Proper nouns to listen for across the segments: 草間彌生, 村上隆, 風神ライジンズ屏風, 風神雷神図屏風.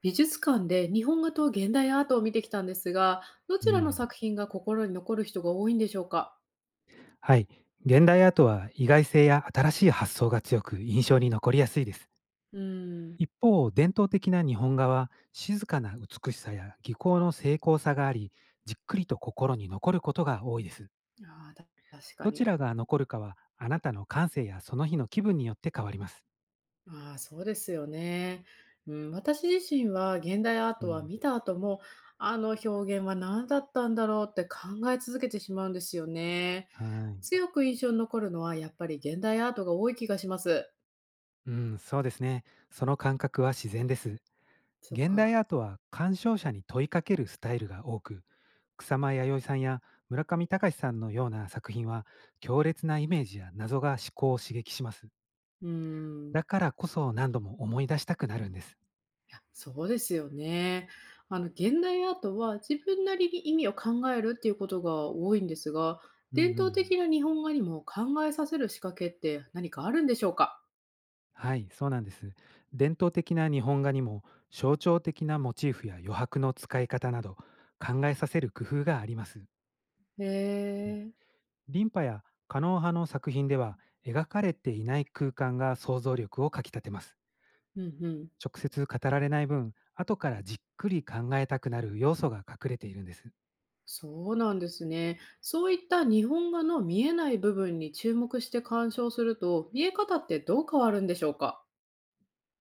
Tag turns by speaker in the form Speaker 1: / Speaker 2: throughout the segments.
Speaker 1: 美術館で日本画と現代アートを見てきたんですが、どち
Speaker 2: う
Speaker 1: らの作
Speaker 2: ん、
Speaker 1: 品が心に残る人が多いんでしょうか？
Speaker 2: はい。現代アートは意外性や新しい発想が強く印象に残りやすいです。
Speaker 1: うーん、
Speaker 2: 一方、伝統的な日本画は静かな美しさや技巧の精巧さがあり、じっくりと心に残ることが多いです。
Speaker 1: ああ、確か
Speaker 2: どち
Speaker 1: に。
Speaker 2: らが残るかは、あなたの感性やその日の気分によって変わります。
Speaker 1: ああ、そうですよね。うん、私自身は現代アー
Speaker 2: う
Speaker 1: トは
Speaker 2: ん、
Speaker 1: 見た後も、あの表現は何だったんだろうって考え続けてしまうんですよね。
Speaker 2: はい。
Speaker 1: 強く印象に残るのはやっぱり現代アートが多い気がします。
Speaker 2: うん、そうですね。その感覚は自然です。
Speaker 1: そっ
Speaker 2: 現代
Speaker 1: か。
Speaker 2: アートは鑑賞者に問いかけるスタイルが多く、草間彌生さんや村上隆さんのような作品は強烈なイメージや謎が思考を刺激します。
Speaker 1: うー
Speaker 2: だ
Speaker 1: ん。
Speaker 2: からこそ何度も思い出したくなるんです。
Speaker 1: や、そうですよね。現代アートは自分なりに意味を考えるっていうことが多いんですが、
Speaker 2: うんう
Speaker 1: 伝統
Speaker 2: ん。
Speaker 1: 的な日本画にも考えさせる仕掛けって何かあるんでしょうか？
Speaker 2: はい、そうなんです。伝統的な日本画にも象徴的なモチーフや余白の使い方など考えさせる工夫があります。
Speaker 1: へ
Speaker 2: うん
Speaker 1: え。
Speaker 2: リンパやカノン派の作品では描かれていない空間が想像力をかきたてます。
Speaker 1: うんうん。
Speaker 2: 直接語られない分、後からじっくり考えたくなる要素が隠れているんです。
Speaker 1: そうなんですね。そういった日本画の見えない部分に注目して鑑賞すると、見え方ってどう変わるんでしょうか？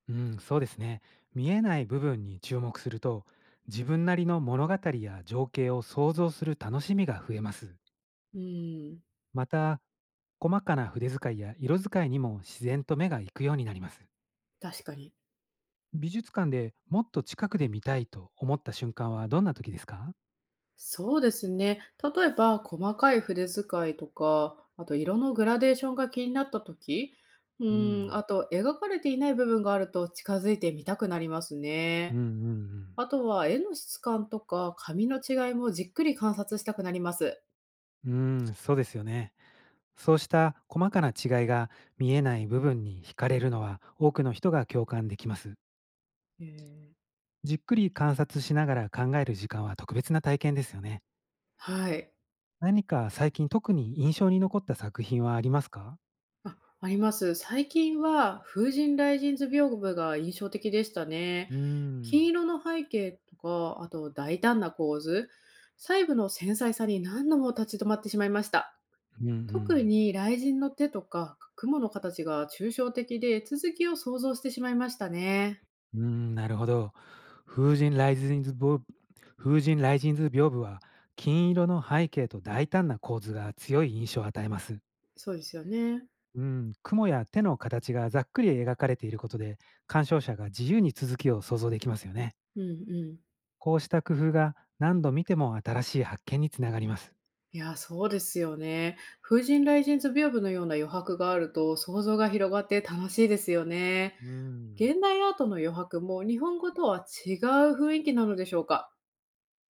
Speaker 2: うん、そうですね。見えない部分に注目すると、自分なりの物語や情景を想像する楽しみが増えます。
Speaker 1: うん、
Speaker 2: また、細かな筆遣いや色使いにも自然と目が行くようになります。
Speaker 1: 確かに。
Speaker 2: 美術館でもっと近くで見たいと思った瞬間はどんな時ですか？
Speaker 1: そうですね。例えば、細かい筆使いとか、あと色のグラデーションが気になった時、う
Speaker 2: う
Speaker 1: ん、
Speaker 2: ん、
Speaker 1: あと描かれていない部分があると近づいてみたくなります
Speaker 2: うん、
Speaker 1: ね。
Speaker 2: うん、
Speaker 1: あとは絵の質感とか紙の違いもじっくり観察したくなります。
Speaker 2: うん。うん、そうですよね。そうした細かな違いが見えない部分に惹かれるのは多くの人が共感できます。
Speaker 1: えー
Speaker 2: じっくり観察しながら考える時間は特別な体験ですよね。
Speaker 1: はい。
Speaker 2: 何か最近特に印象に残った作品はありますか？
Speaker 1: あ、あります。最近は風神雷神図屏風が印象的でしたね。
Speaker 2: うー
Speaker 1: 金
Speaker 2: ん。
Speaker 1: 色の背景とか、あと大胆な構図、細部の繊細さに何度も立ち止まってしまいました。
Speaker 2: うんう
Speaker 1: 特
Speaker 2: ん。
Speaker 1: に雷神の手とか雲の形が抽象的で続きを想像してしまいましたね。
Speaker 2: うーん、なるほど。風神ライジンズボー風神ライジンズ屏風は金色の背景と大胆な構図が強い印象を与えます。
Speaker 1: そうですよね。
Speaker 2: うん、雲や手の形がざっくり描かれていることで、鑑賞者が自由に続きを想像できますよね。
Speaker 1: うんうん。
Speaker 2: こうした工夫が何度見ても新しい発見につながります。
Speaker 1: いや、そうですよね。風神雷神図屏風のような余白があると想像が広がって楽しいですよね。
Speaker 2: うん。
Speaker 1: 現代アートの余白も日本語とは違う雰囲気なのでしょうか？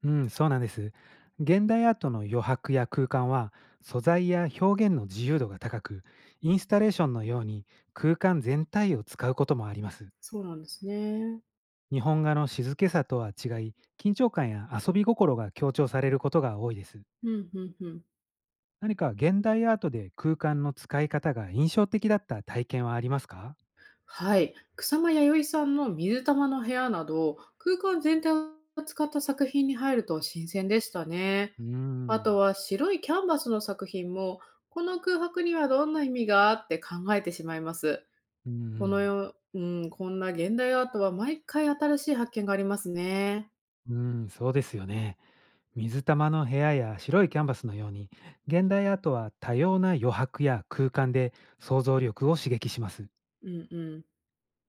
Speaker 2: うん、そうなんです。現代アートの余白や空間は、素材や表現の自由度が高く、インスタレーションのように空間全体を使うこともあります。
Speaker 1: そうなんですね。
Speaker 2: 日本画の静けさとは違い、緊張感や遊び心が強調されることが多いです。
Speaker 1: うん、うんうん。
Speaker 2: 何か現代アートで空間の使い方が印象的だった体験はありますか？
Speaker 1: はい。草間彌生さんの水玉の部屋など、空間全体を使った作品に入ると新鮮でしたね。
Speaker 2: うー
Speaker 1: あと
Speaker 2: ん。
Speaker 1: は白いキャンバスの作品も、この空白にはどんな意味があって考えてしまいます。
Speaker 2: うんう
Speaker 1: この
Speaker 2: ん。
Speaker 1: ようん、こんな現代アートは毎回新しい発見がありますね。
Speaker 2: うーん、そうですよね。水玉の部屋や白いキャンバスのように、現代アートは多様な余白や空間で想像力を刺激します。
Speaker 1: うんうん、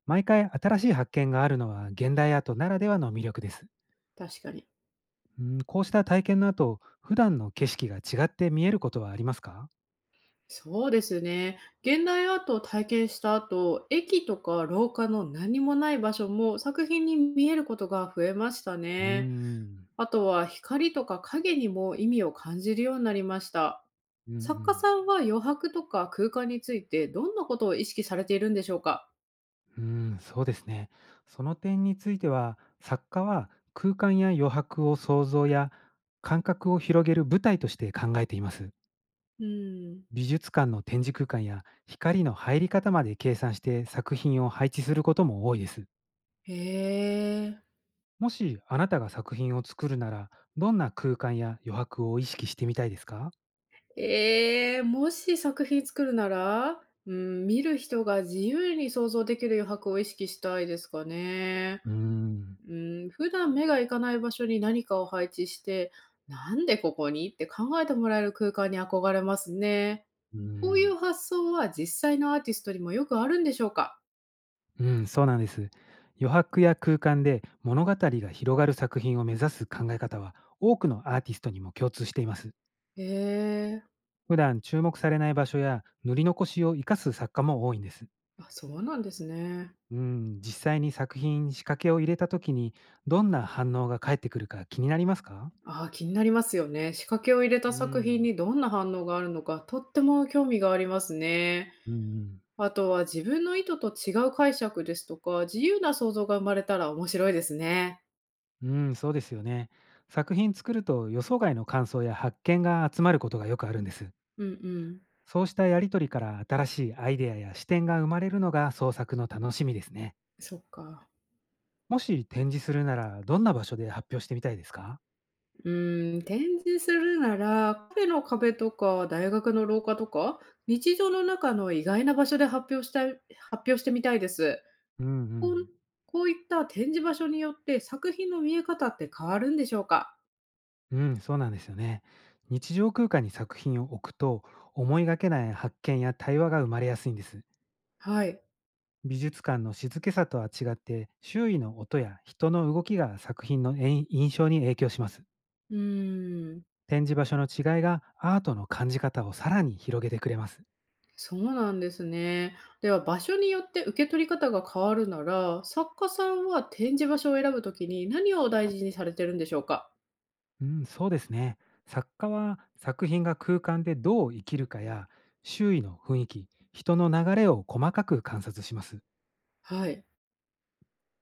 Speaker 2: 毎回新しい発見があるのは現代アートならではの魅力です。
Speaker 1: 確かに。
Speaker 2: うん、こうした体験の後、普段の景色が違って見えることはありますか？
Speaker 1: そうですね。現代アートを体験した後、駅とか廊下の何もない場所も作品に見えることが増えました
Speaker 2: うー
Speaker 1: ね。
Speaker 2: ん。
Speaker 1: あとは光とか影にも意味を感じるようになりました。
Speaker 2: うんう
Speaker 1: 作家
Speaker 2: ん。
Speaker 1: さんは余白とか空間についてどんなことを意識されているんでしょうか？
Speaker 2: うーん、そうですね。その点については、作家は空間や余白を想像や感覚を広げる舞台として考えています。
Speaker 1: うん。
Speaker 2: 美術館の展示空間や光の入り方まで計算して作品を配置することも多いです。
Speaker 1: へえ。
Speaker 2: もしあなたが作品を作るなら、どんな空間や余白を意識してみたいですか？
Speaker 1: もし作品作るなら、うん、見る人が自由に想像できる余白を意識したいですかね。
Speaker 2: うーん、
Speaker 1: うん、普段目が行かない場所に何かを配置して、なんでここにって考えてもらえる空間に憧れますね。
Speaker 2: うー
Speaker 1: こうい
Speaker 2: ん。
Speaker 1: う発想は実際のアーティストにもよくあるんでしょうか？
Speaker 2: うん、そうなんです。余白や空間で物語が広がる作品を目指す考え方は多くのアーティストにも共通しています。
Speaker 1: へえ、
Speaker 2: 普段注目されない場所や塗り残しを生かす作家も多いんです。
Speaker 1: あ、そうなんですね。
Speaker 2: うん、実際に作品に仕掛けを入れた時にどんな反応が返ってくるか気になりますか？
Speaker 1: ああ、気になりますよね。仕掛けを入れた
Speaker 2: う
Speaker 1: 作品
Speaker 2: ん。
Speaker 1: にどんな反応があるのか、とっても興味がありますね。
Speaker 2: うんうん、
Speaker 1: あとは自分の意図と違う解釈ですとか、自由な想像が生まれたら面白いですね。
Speaker 2: うん、そうですよね。作品作ると予想外の感想や発見が集まることがよくあるんです。
Speaker 1: うんうん。
Speaker 2: そうしたやりとりから新しいアイデアや視点が生まれるのが創作の楽しみですね。
Speaker 1: そっか。
Speaker 2: もし展示するならどんな場所で発表してみたいですか？
Speaker 1: 展示するなら、カフェの壁とか大学の廊下とか、日常の中の意外な場所で発表してみたいです。
Speaker 2: うんう
Speaker 1: こん
Speaker 2: ん。
Speaker 1: こういった展示場所によって作品の見え方って変わるんでしょうか？
Speaker 2: うん、そうなんですよね。日常空間に作品を置くと思いがけない発見や対話が生まれやすいんです。
Speaker 1: はい。
Speaker 2: 美術館の静けさとは違って周囲の音や人の動きが作品の印象に影響します。
Speaker 1: うーん、
Speaker 2: 展示場所の違いがアートの感じ方をさらに広げてくれます。
Speaker 1: そうなんですね。では場所によって受け取り方が変わるなら、作家さんは展示場所を選ぶときに何を大事にされてるんでしょうか？
Speaker 2: うん、そうですね。作家は作品が空間でどう生きるかや、周囲の雰囲気、人の流れを細かく観察します。
Speaker 1: はい、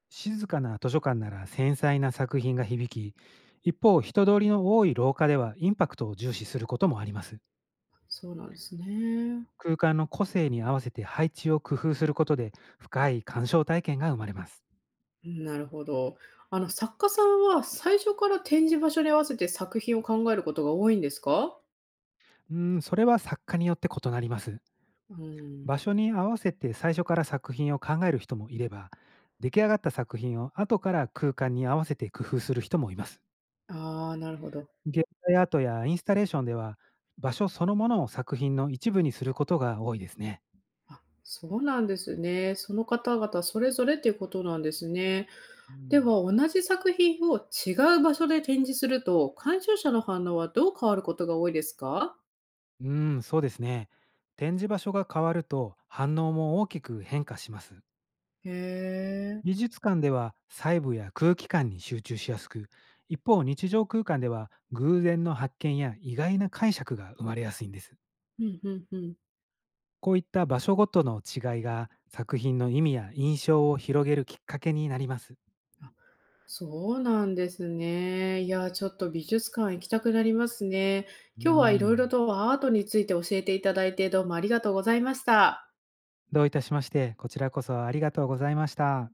Speaker 2: 静かな図書館なら繊細な作品が響き、一方、人通りの多い廊下ではインパクトを重視することもあります。
Speaker 1: そうなんですね。
Speaker 2: 空間の個性に合わせて配置を工夫することで、深い鑑賞体験が生まれます。
Speaker 1: なるほど。作家さんは最初から展示場所に合わせて作品を考えることが多いんですか？
Speaker 2: うん、それは作家によって異なります。
Speaker 1: うん。
Speaker 2: 場所に合わせて最初から作品を考える人もいれば、出来上がった作品を後から空間に合わせて工夫する人もいます。
Speaker 1: ああ、なるほど。
Speaker 2: 現代アートやインスタレーションでは、場所そのものを作品の一部にすることが多いですね。
Speaker 1: あ、そうなんですね。その方々それぞれっていうことなんですね。
Speaker 2: う
Speaker 1: で
Speaker 2: ん、
Speaker 1: は、同じ作品を違う場所で展示すると、鑑賞者の反応はどう変わることが多いですか？
Speaker 2: うーん、そうですね。展示場所が変わると反応も大きく変化します。
Speaker 1: へえ。
Speaker 2: 美術館では細部や空気感に集中しやすく、一方日常空間では偶然の発見や意外な解釈が生まれやすいんです。
Speaker 1: うん、うんうん。
Speaker 2: こういった場所ごとの違いが作品の意味や印象を広げるきっかけになります。
Speaker 1: そうなんですね。いや、ちょっと美術館行きたくなりますね。
Speaker 2: う
Speaker 1: 今日はいろいろ
Speaker 2: ん。
Speaker 1: とアートについて教えていただいて、どうもありがとうございました。
Speaker 2: どういたしまして、こちらこそありがとうございました。